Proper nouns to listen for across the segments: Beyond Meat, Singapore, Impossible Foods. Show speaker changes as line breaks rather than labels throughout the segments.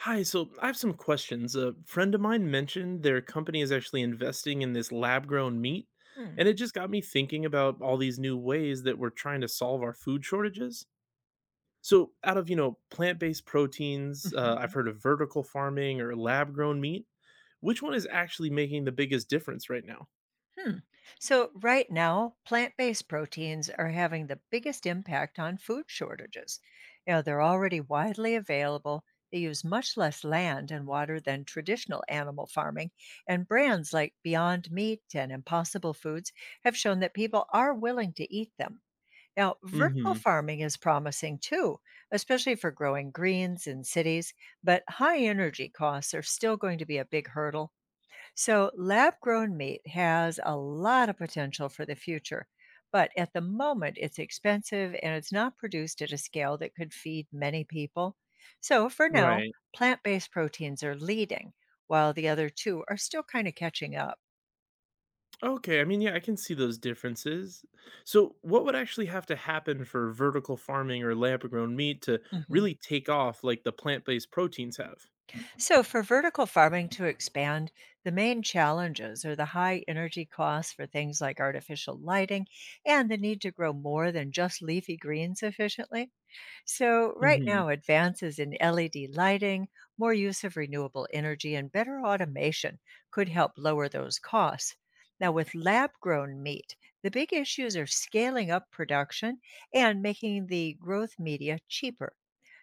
Hi, so I have some questions. A friend of mine mentioned their company is actually investing in this lab grown meat,
Mm,
and it just got me thinking about all these new ways that we're trying to solve our food shortages. So, out of, you know, plant based proteins,
mhm,
I've
mhm.
heard of vertical farming or lab grown meat. Which one is actually making the biggest difference right now?
Hmm. So, right now, plant based proteins are having the biggest impact on food shortages. You know, they're already widely available. They use much less land and water than traditional animal farming. And brands like Beyond Meat and Impossible Foods have shown that people are willing to eat them. Now,
Mm
vertical
hmm.
farming is promising too, especially for growing greens in cities, but high energy costs are still going to be a big hurdle. So, lab grown meat has a lot of potential for the future, but at the moment it's expensive and it's not produced at a scale that could feed many people. So, for now,
Right.
plant based proteins are leading, while the other two are still kind of catching up.
Okay, I mean, yeah, I can see those differences. So, what would actually have to happen for vertical farming or lab grown meat to
Mhm.
really take off like the plant based proteins have?
So, for vertical farming to expand, the main challenges are the high energy costs for things like artificial lighting and the need to grow more than just leafy greens efficiently. So, right
hmm
now, advances in LED lighting, more use of renewable energy, and better automation could help lower those costs. Now, with lab grown meat, the big issues are scaling up production and making the growth media cheaper.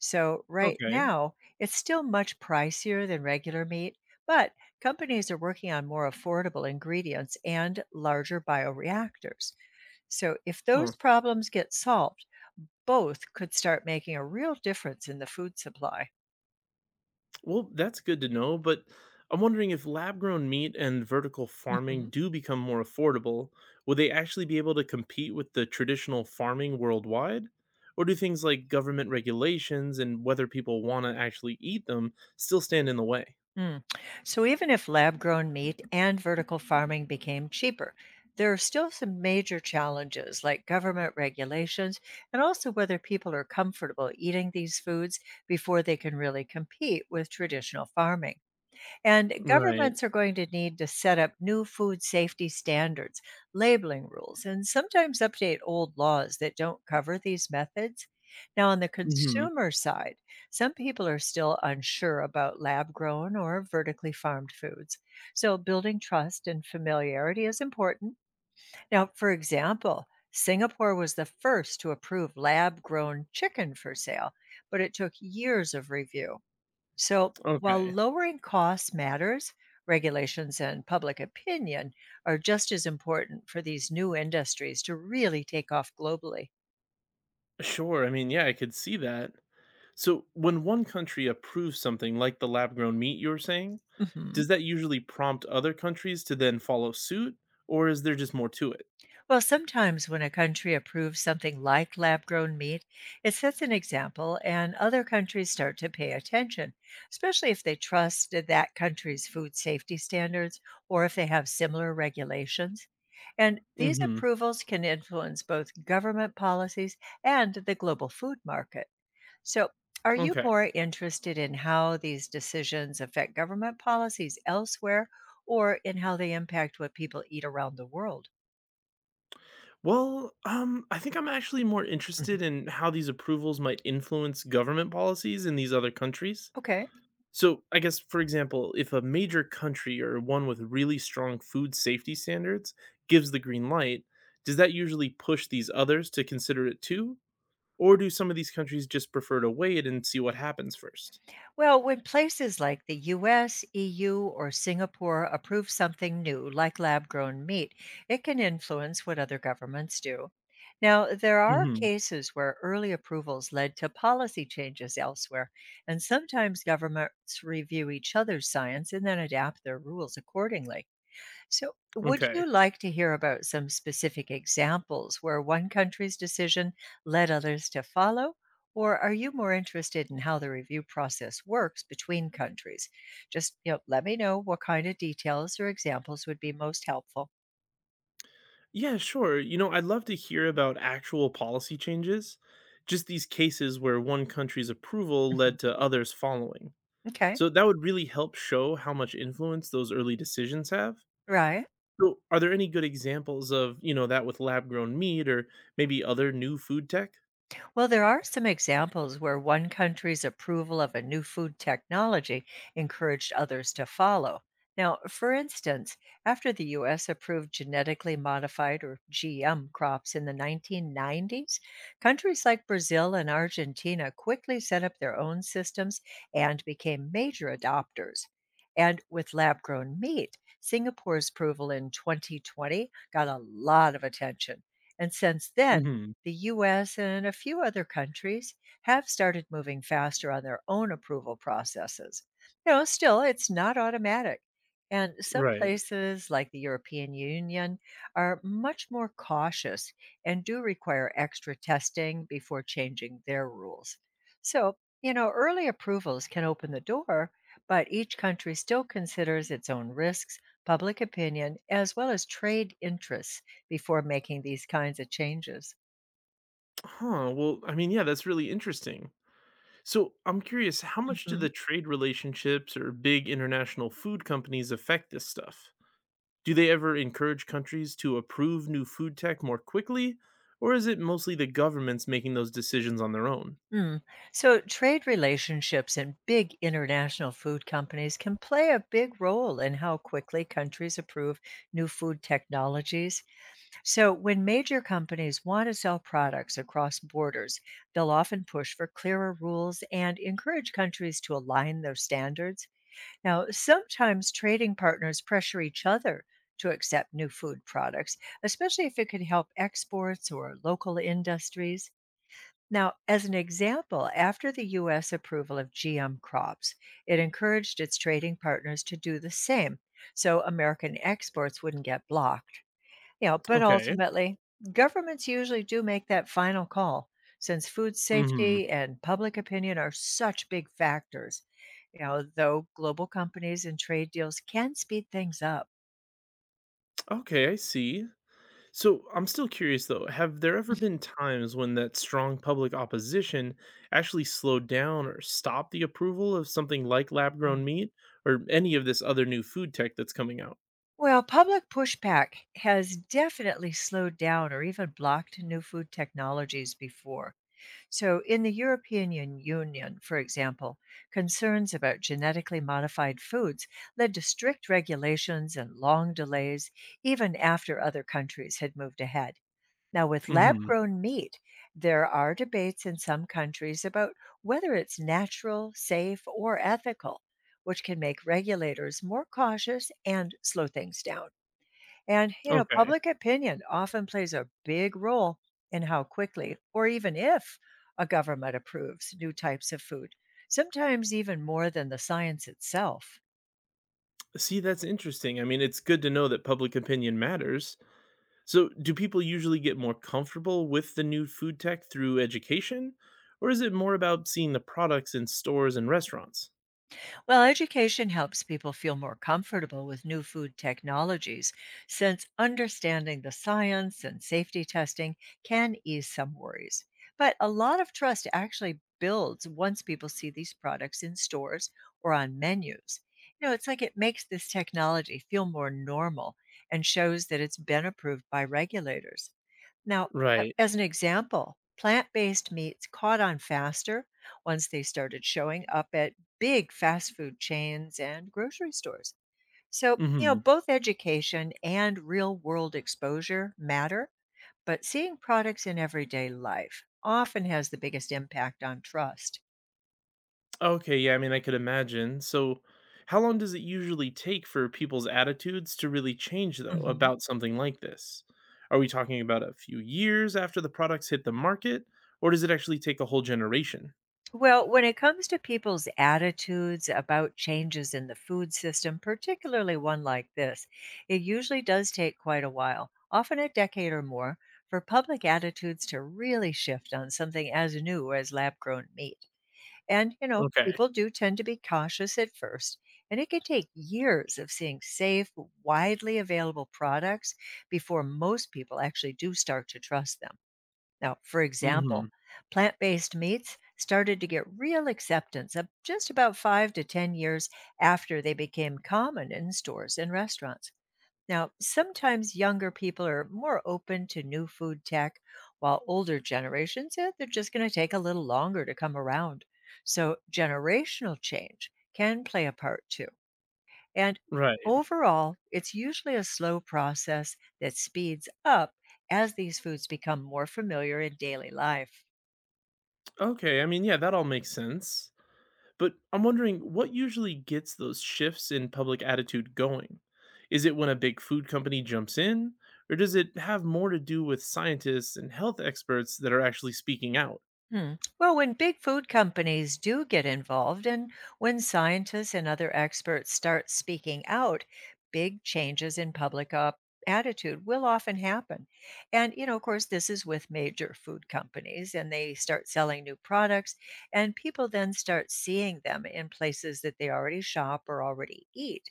So, right
Okay.
now, it's still much pricier than regular meat, but companies are working on more affordable ingredients and larger bioreactors. So, if
huh.
those problems get solved, both could start making a real difference in the food supply.
Well, that's good to know, but I'm wondering if lab grown meat and vertical
Mhm.
farming do become more affordable, would they actually be able to compete with the traditional farming worldwide? Or do things like government regulations and whether people want to actually eat them still stand in the way?
Mm. So, even if lab grown meat and vertical farming became cheaper, there are still some major challenges like government regulations and also whether people are comfortable eating these foods before they can really compete with traditional farming. And
Right.
governments are going to need to set up new food safety standards, labeling rules, and sometimes update old laws that don't cover these methods. Now, on the
hmm
consumer side, some people are still unsure about lab grown or vertically farmed foods. So, building trust and familiarity is important. Now, for example, Singapore was the first to approve lab grown chicken for sale, but it took years of review. So, while
Okay.
lowering costs matters, regulations and public opinion are just as important for these new industries to really take off globally.
Sure. I mean, yeah, I could see that. So, when one country approves something like the lab grown meat you were saying,
Mhm.
does that usually prompt other countries to then follow suit, or is there just more to it?
Well, sometimes when a country approves something like lab grown meat, it sets an example and other countries start to pay attention, especially if they trust that that country's food safety standards or if they have similar regulations. And these
Hmm.
approvals can influence both government policies and the global food market. So, are you
Okay.
more interested in how these decisions affect government policies elsewhere or in how they impact what people eat around the world?
Well, I think I'm actually more
Mhm.
interested in how these approvals might influence government policies in these other countries.
Okay.
So, I guess, for example, if a major country or one with really strong food safety standards gives the green light, does that usually push these others to consider it too? Or do some of these countries just prefer to wait and see what happens first?
Well, when places like the US, EU, or Singapore approve something new, like lab grown meat, it can influence what other governments do. Now, there are
Mhm.
cases where early approvals led to policy changes elsewhere, and sometimes governments review each other's science and then adapt their rules accordingly. So, would
Okay.
you like to hear about some specific examples where one country's decision led others to follow? Or are you more interested in how the review process works between countries? Just, you know, let me know what kind of details or examples would be most helpful.
Yeah, sure. You know, I'd love to hear about actual policy changes, just these cases where one country's approval
Mhm.
led to others following.
Okay,
So that would really help show how much influence those early decisions have.
right.
So are there any good examples of, you know, that with lab-grown meat or maybe other new food tech?
Well, there are some examples where one country's approval of a new food technology encouraged others to follow. Now, for instance, after the US approved genetically modified or GM crops in the 1990s, countries like Brazil and Argentina quickly set up their own systems and became major adopters. And with lab grown meat, Singapore's approval in 2020 got a lot of attention. And since then,
Mhm.
the US and a few other countries have started moving faster on their own approval processes. You know, still, it's not automatic. And some
Right.
places like the European Union are much more cautious and do require extra testing before changing their rules. So, you know, early approvals can open the door, but each country still considers its own risks, public opinion, as well as trade interests before making these kinds of changes.
Huh. Well, I mean, yeah, that's really interesting. So I'm curious, how much do
Mhm.
the trade relationships or big international food companies affect this stuff? Do they ever encourage countries to approve new food tech more quickly? Or is it mostly the governments making those decisions on their own?
Mm. So, trade relationships and big international food companies can play a big role in how quickly countries approve new food technologies. So, when major companies want to sell products across borders, they'll often push for clearer rules and encourage countries to align their standards. Now, sometimes trading partners pressure each other to accept new food products, especially if it could help exports or local industries. Now, as an example, after the U.S. approval of GM crops, it encouraged its trading partners to do the same so American exports wouldn't get blocked. You know, but
Okay.
ultimately, governments usually do make that final call since food
hmm
safety and public opinion are such big factors. You know, though global companies and trade deals can speed things up.
Okay, I see. So I'm still curious though, have there ever been times when that strong public opposition actually slowed down or stopped the approval of something like lab grown
Mm.
meat or any of this other new food tech that's coming out?
Well, public pushback has definitely slowed down or even blocked new food technologies before. So, in the European Union, for example, concerns about genetically modified foods led to strict regulations and long delays, even after other countries had moved ahead. Now, with lab
hmm
grown meat, there are debates in some countries about whether it's natural, safe, or ethical, which can make regulators more cautious and slow things down. And, you know,
Okay.
public opinion often plays a big role in how quickly or even if a government approves new types of food, sometimes even more than the science itself.
See, that's interesting. I mean, it's good to know that public opinion matters. So, do people usually get more comfortable with the new food tech through education, or is it more about seeing the products in stores and restaurants?
Well, education helps people feel more comfortable with new food technologies since understanding the science and safety testing can ease some worries. But a lot of trust actually builds once people see these products in stores or on menus. You know, it's like it makes this technology feel more normal and shows that it's been approved by regulators. Now, a-
Right.
as an example, plant based meats caught on faster once they started showing up at big fast food chains and grocery stores. So, you know,
hmm
both education and real world exposure matter, but seeing products in everyday life often has the biggest impact on trust.
Okay. Yeah. I mean, I could imagine. So, how long does it usually take for people's attitudes to really change, though,
hmm
about something like this? Are we talking about a few years after the products hit the market, or does it actually take a whole generation?
Well, when it comes to people's attitudes about changes in the food system, particularly one like this, it usually does take quite a while, often a decade or more, for public attitudes to really shift on something as new as lab grown meat. And, you know,
Okay.
people do tend to be cautious at first, and it can take years of seeing safe, widely available products before most people actually do start to trust them. Now, for
Mhm.
example, plant based meats started to get real acceptance of just about five to 10 years after they became common in stores and restaurants. Now, sometimes younger people are more open to new food tech, while older generations, they're just going to take a little longer to come around. So, generational change can play a part too. And
Right.
overall, it's usually a slow process that speeds up as these foods become more familiar in daily life.
Okay, I mean, yeah, that all makes sense. But I'm wondering what usually gets those shifts in public attitude going? Is it when a big food company jumps in, or does it have more to do with scientists and health experts that are actually speaking out?
Hmm. Well, when big food companies do get involved and when scientists and other experts start speaking out, big changes in public attitude will often happen. And, you know, of course, this is with major food companies and they start selling new products, and people then start seeing them in places that they already shop or already eat.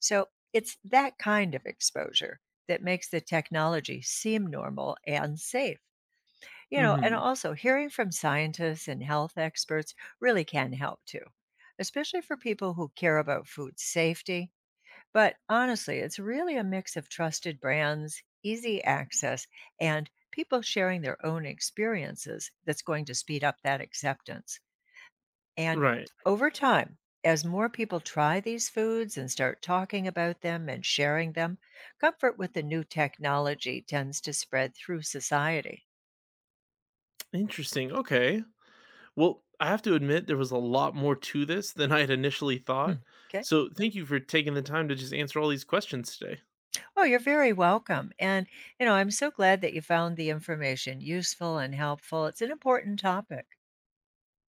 So it's that kind of exposure that makes the technology seem normal and safe. You know, and
hmm
also hearing from scientists and health experts really can help too, especially for people who care about food safety. But honestly, it's really a mix of trusted brands, easy access, and people sharing their own experiences that's going to speed up that acceptance. And
Right.
over time, as more people try these foods and start talking about them and sharing them, comfort with the new technology tends to spread through society.
Interesting. Okay. Well, I have to admit there was a lot more to this than I had initially
Mm.
thought.
Okay.
So thank you for taking the time to just answer all these questions today.
Oh, you're very welcome. And, you know, I'm so glad that you found the information useful and helpful. It's an important topic.